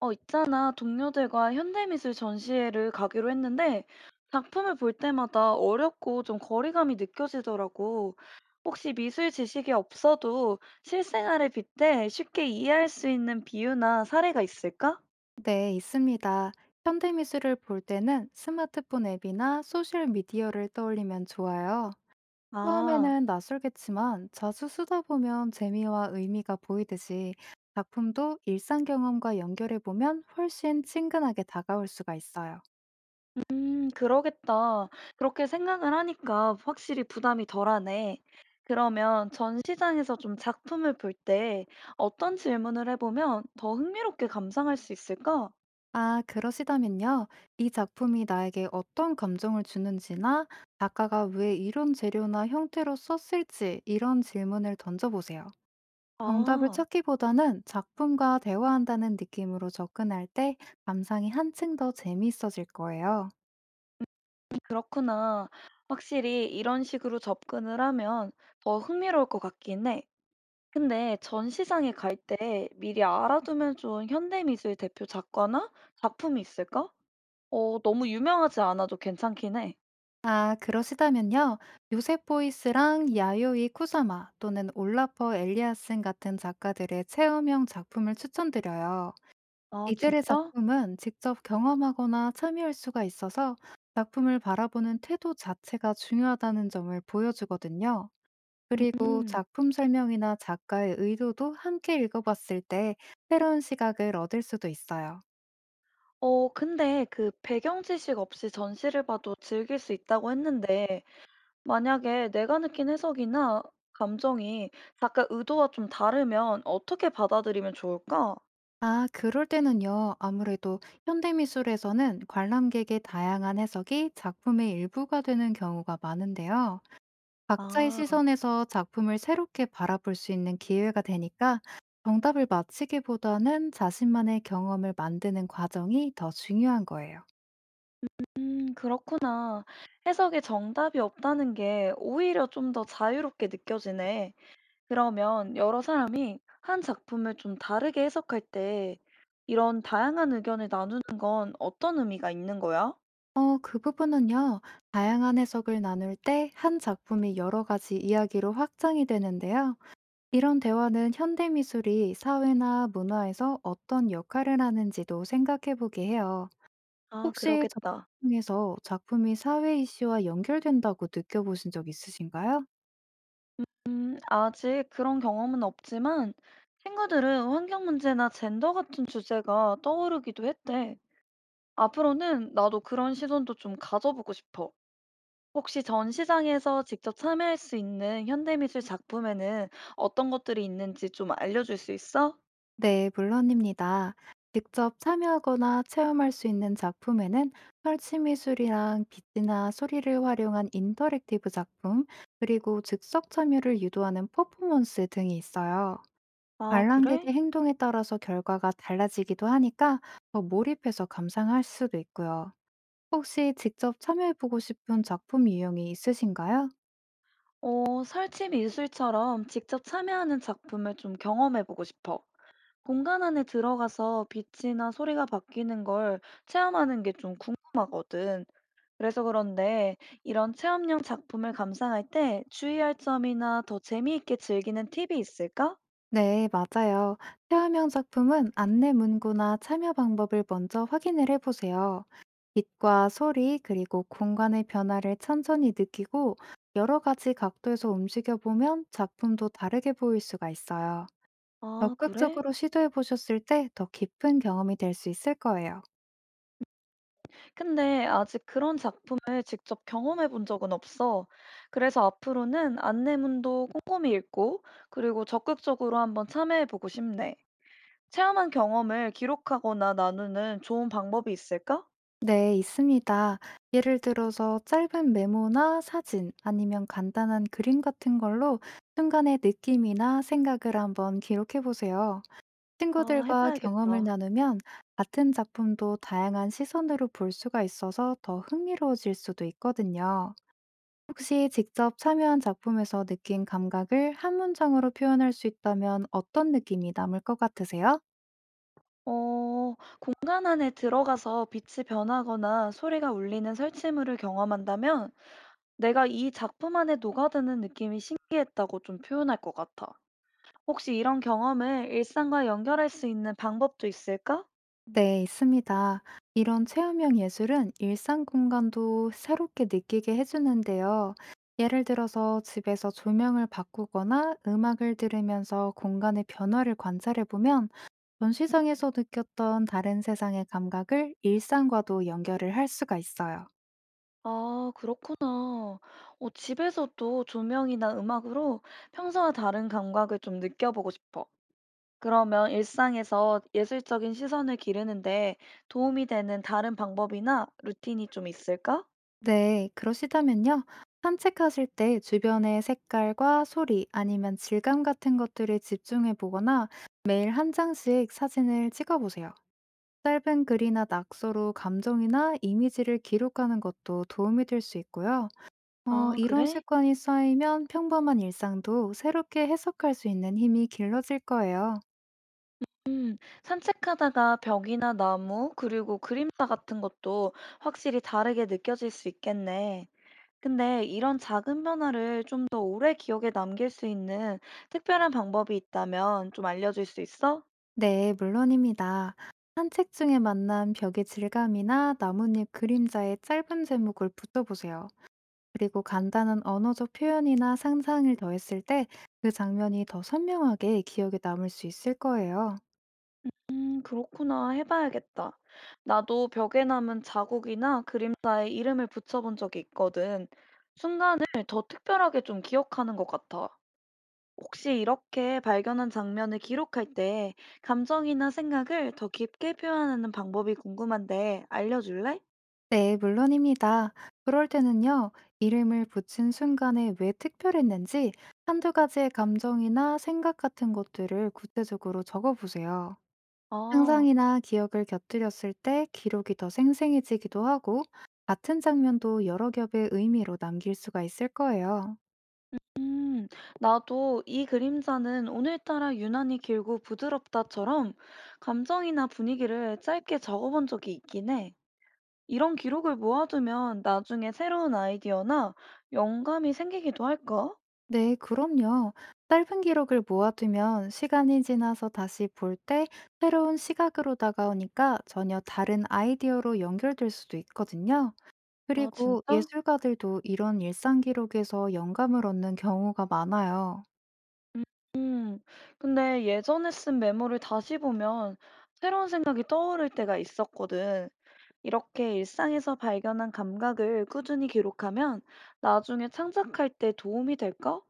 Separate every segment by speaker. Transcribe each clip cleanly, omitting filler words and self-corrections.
Speaker 1: 있잖아. 동료들과 현대미술 전시회를 가기로 했는데 작품을 볼 때마다 어렵고 좀 거리감이 느껴지더라고. 혹시 미술 지식이 없어도 실생활에 빗대 쉽게 이해할 수 있는 비유나 사례가 있을까?
Speaker 2: 네, 있습니다. 현대미술을 볼 때는 스마트폰 앱이나 소셜미디어를 떠올리면 좋아요.
Speaker 1: 아,
Speaker 2: 처음에는 낯설겠지만 자주 쓰다 보면 재미와 의미가 보이듯이 작품도 일상 경험과 연결해 보면 훨씬 친근하게 다가올 수가 있어요.
Speaker 1: 그러겠다. 그렇게 생각을 하니까 확실히 부담이 덜하네. 그러면 전시장에서 좀 작품을 볼 때 어떤 질문을 해보면 더 흥미롭게 감상할 수 있을까?
Speaker 2: 아, 그러시다면요. 이 작품이 나에게 어떤 감정을 주는지나 작가가 왜 이런 재료나 형태로 썼을지 이런 질문을 던져보세요. 정답을
Speaker 1: 아.
Speaker 2: 찾기보다는 작품과 대화한다는 느낌으로 접근할 때 감상이 한층 더 재미있어질 거예요.
Speaker 1: 그렇구나. 확실히 이런 식으로 접근을 하면 더 흥미로울 것 같긴 해. 근데 전시장에 갈 때 미리 알아두면 좋은 현대미술 대표 작가나 작품이 있을까? 너무 유명하지 않아도 괜찮긴 해.
Speaker 2: 아, 그러시다면요. 요셉 보이스랑 야요이 쿠사마 또는 올라퍼 엘리아슨 같은 작가들의 체험형 작품을 추천드려요.
Speaker 1: 아,
Speaker 2: 이들의
Speaker 1: 진짜?
Speaker 2: 작품은 직접 경험하거나 참여할 수가 있어서 작품을 바라보는 태도 자체가 중요하다는 점을 보여주거든요. 그리고
Speaker 1: 음.
Speaker 2: 작품 설명이나 작가의 의도도 함께 읽어봤을 때 새로운 시각을 얻을 수도 있어요.
Speaker 1: 근데 그 배경 지식 없이 전시를 봐도 즐길 수 있다고 했는데, 만약에 내가 느낀 해석이나 감정이 작가 의도와 좀 다르면 어떻게 받아들이면 좋을까?
Speaker 2: 아, 그럴 때는요. 아무래도 현대미술에서는 관람객의 다양한 해석이 작품의 일부가 되는 경우가 많은데요. 각자의
Speaker 1: 아.
Speaker 2: 시선에서 작품을 새롭게 바라볼 수 있는 기회가 되니까 정답을 맞히기보다는 자신만의 경험을 만드는 과정이 더 중요한 거예요.
Speaker 1: 그렇구나. 해석에 정답이 없다는 게 오히려 좀 더 자유롭게 느껴지네. 그러면 여러 사람이 한 작품을 좀 다르게 해석할 때 이런 다양한 의견을 나누는 건 어떤 의미가 있는 거야?
Speaker 2: 그 부분은요, 다양한 해석을 나눌 때 한 작품이 여러 가지 이야기로 확장이 되는데요. 이런 대화는 현대 미술이 사회나 문화에서 어떤 역할을 하는지도 생각해 보게 해요.
Speaker 1: 아,
Speaker 2: 혹시
Speaker 1: 그러겠다.
Speaker 2: 작품 중에서 작품이 사회 이슈와 연결된다고 느껴보신 적 있으신가요?
Speaker 1: 아직 그런 경험은 없지만 친구들은 환경 문제나 젠더 같은 주제가 떠오르기도 했대. 앞으로는 나도 그런 시선도 좀 가져보고 싶어. 혹시 전시장에서 직접 참여할 수 있는 현대미술 작품에는 어떤 것들이 있는지 좀 알려줄 수 있어?
Speaker 2: 네, 물론입니다. 직접 참여하거나 체험할 수 있는 작품에는 설치미술이랑 빛이나 소리를 활용한 인터랙티브 작품, 그리고 즉석 참여를 유도하는 퍼포먼스 등이 있어요.
Speaker 1: 아, 그래?
Speaker 2: 관람객의 행동에 따라서 결과가 달라지기도 하니까 더 몰입해서 감상할 수도 있고요. 혹시 직접 참여해보고 싶은 작품 유형이 있으신가요?
Speaker 1: 설치 미술처럼 직접 참여하는 작품을 좀 경험해보고 싶어. 공간 안에 들어가서 빛이나 소리가 바뀌는 걸 체험하는 게 좀 궁금하거든. 그래서 그런데 이런 체험형 작품을 감상할 때 주의할 점이나 더 재미있게 즐기는 팁이 있을까?
Speaker 2: 네, 맞아요. 체험형 작품은 안내 문구나 참여 방법을 먼저 확인을 해보세요. 빛과 소리, 그리고 공간의 변화를 천천히 느끼고 여러 가지 각도에서 움직여 보면 작품도 다르게 보일 수가 있어요.
Speaker 1: 아, 그래?
Speaker 2: 적극적으로 시도해 보셨을 때 더 깊은 경험이 될 수 있을 거예요.
Speaker 1: 근데 아직 그런 작품을 직접 경험해 본 적은 없어. 그래서 앞으로는 안내문도 꼼꼼히 읽고, 그리고 적극적으로 한번 참여해 보고 싶네. 체험한 경험을 기록하거나 나누는 좋은 방법이 있을까?
Speaker 2: 네, 있습니다. 예를 들어서 짧은 메모나 사진 아니면 간단한 그림 같은 걸로 순간의 느낌이나 생각을 한번 기록해 보세요.
Speaker 1: 아,
Speaker 2: 친구들과 경험을
Speaker 1: 해봐야겠다.
Speaker 2: 나누면 같은 작품도 다양한 시선으로 볼 수가 있어서 더 흥미로워질 수도 있거든요. 혹시 직접 참여한 작품에서 느낀 감각을 한 문장으로 표현할 수 있다면 어떤 느낌이 남을 것 같으세요?
Speaker 1: 어, 공간 안에 들어가서 빛이 변하거나 소리가 울리는 설치물을 경험한다면 내가 이 작품 안에 녹아드는 느낌이 신기했다고 좀 표현할 것 같아. 혹시 이런 경험을 일상과 연결할 수 있는 방법도 있을까?
Speaker 2: 네, 있습니다. 이런 체험형 예술은 일상 공간도 새롭게 느끼게 해주는데요. 예를 들어서 집에서 조명을 바꾸거나 음악을 들으면서 공간의 변화를 관찰해보면 전시상에서 느꼈던 다른 세상의 감각을 일상과도 연결을 할 수가 있어요.
Speaker 1: 아, 그렇구나. 집에서도 조명이나 음악으로 평소와 다른 감각을 좀 느껴보고 싶어. 그러면 일상에서 예술적인 시선을 기르는데 도움이 되는 다른 방법이나 루틴이 좀 있을까?
Speaker 2: 네, 그러시다면요. 산책하실 때 주변의 색깔과 소리 아니면 질감 같은 것들을 집중해 보거나 매일 한 장씩 사진을 찍어 보세요. 짧은 글이나 낙서로 감정이나 이미지를 기록하는 것도 도움이 될 수 있고요.
Speaker 1: 아,
Speaker 2: 이런
Speaker 1: 그래?
Speaker 2: 습관이 쌓이면 평범한 일상도 새롭게 해석할 수 있는 힘이 길러질 거예요.
Speaker 1: 산책하다가 벽이나 나무, 그리고 그림자 같은 것도 확실히 다르게 느껴질 수 있겠네. 근데 이런 작은 변화를 좀 더 오래 기억에 남길 수 있는 특별한 방법이 있다면 좀 알려줄 수 있어?
Speaker 2: 네, 물론입니다. 한 책 중에 만난 벽의 질감이나 나뭇잎 그림자의 짧은 제목을 붙여보세요. 그리고 간단한 언어적 표현이나 상상을 더했을 때 그 장면이 더 선명하게 기억에 남을 수 있을 거예요.
Speaker 1: 그렇구나. 해봐야겠다. 나도 벽에 남은 자국이나 그림자에 이름을 붙여본 적이 있거든. 순간을 더 특별하게 좀 기억하는 것 같아. 혹시 이렇게 발견한 장면을 기록할 때 감정이나 생각을 더 깊게 표현하는 방법이 궁금한데 알려줄래?
Speaker 2: 네, 물론입니다. 그럴 때는요, 이름을 붙인 순간에 왜 특별했는지 한두 가지의 감정이나 생각 같은 것들을 구체적으로 적어보세요.
Speaker 1: 아.
Speaker 2: 상상이나 기억을 곁들였을 때 기록이 더 생생해지기도 하고 같은 장면도 여러 겹의 의미로 남길 수가 있을 거예요.
Speaker 1: 음, 나도 이 그림자는 오늘따라 유난히 길고 부드럽다처럼 감정이나 분위기를 짧게 적어본 적이 있긴 해. 이런 기록을 모아두면 나중에 새로운 아이디어나 영감이 생기기도 할까?
Speaker 2: 네, 그럼요. 짧은 기록을 모아두면 시간이 지나서 다시 볼 때 새로운 시각으로 다가오니까 전혀 다른 아이디어로 연결될 수도 있거든요.
Speaker 1: 아,
Speaker 2: 그리고
Speaker 1: 진짜?
Speaker 2: 예술가들도 이런 일상 기록에서 영감을 얻는 경우가 많아요.
Speaker 1: 음, 근데 예전에 쓴 메모를 다시 보면 새로운 생각이 떠오를 때가 있었거든. 이렇게 일상에서 발견한 감각을 꾸준히 기록하면 나중에 창작할 때 도움이 될까?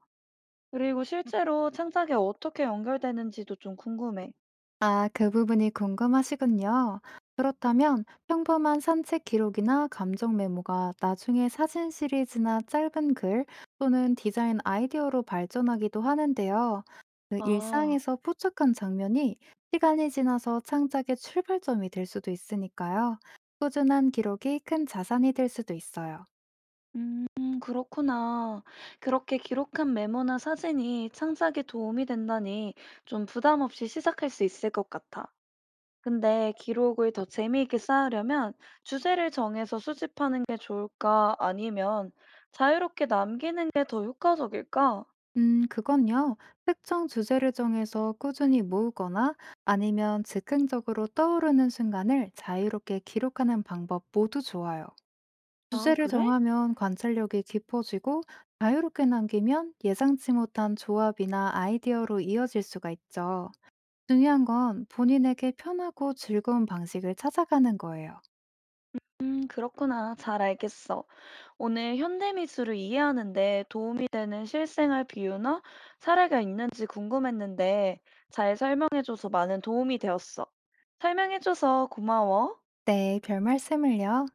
Speaker 1: 그리고 실제로 창작에 어떻게 연결되는지도 좀 궁금해.
Speaker 2: 아, 그 부분이 궁금하시군요. 그렇다면 평범한 산책 기록이나 감정 메모가 나중에 사진 시리즈나 짧은 글 또는 디자인 아이디어로 발전하기도 하는데요. 그
Speaker 1: 아,
Speaker 2: 일상에서 포착한 장면이 시간이 지나서 창작의 출발점이 될 수도 있으니까요. 꾸준한 기록이 큰 자산이 될 수도 있어요.
Speaker 1: 음, 그렇구나. 그렇게 기록한 메모나 사진이 창작에 도움이 된다니 좀 부담 없이 시작할 수 있을 것 같아. 근데 기록을 더 재미있게 쌓으려면 주제를 정해서 수집하는 게 좋을까? 아니면 자유롭게 남기는 게 더 효과적일까?
Speaker 2: 그건요. 특정 주제를 정해서 꾸준히 모으거나 아니면 즉흥적으로 떠오르는 순간을 자유롭게 기록하는 방법 모두 좋아요.
Speaker 1: 아,
Speaker 2: 주제를
Speaker 1: 그래?
Speaker 2: 정하면 관찰력이 깊어지고 자유롭게 남기면 예상치 못한 조합이나 아이디어로 이어질 수가 있죠. 중요한 건 본인에게 편하고 즐거운 방식을 찾아가는 거예요.
Speaker 1: 그렇구나. 잘 알겠어. 오늘 현대미술을 이해하는데 도움이 되는 실생활 비유나 사례가 있는지 궁금했는데 잘 설명해줘서 많은 도움이 되었어. 설명해줘서 고마워.
Speaker 2: 네, 별 말씀을요.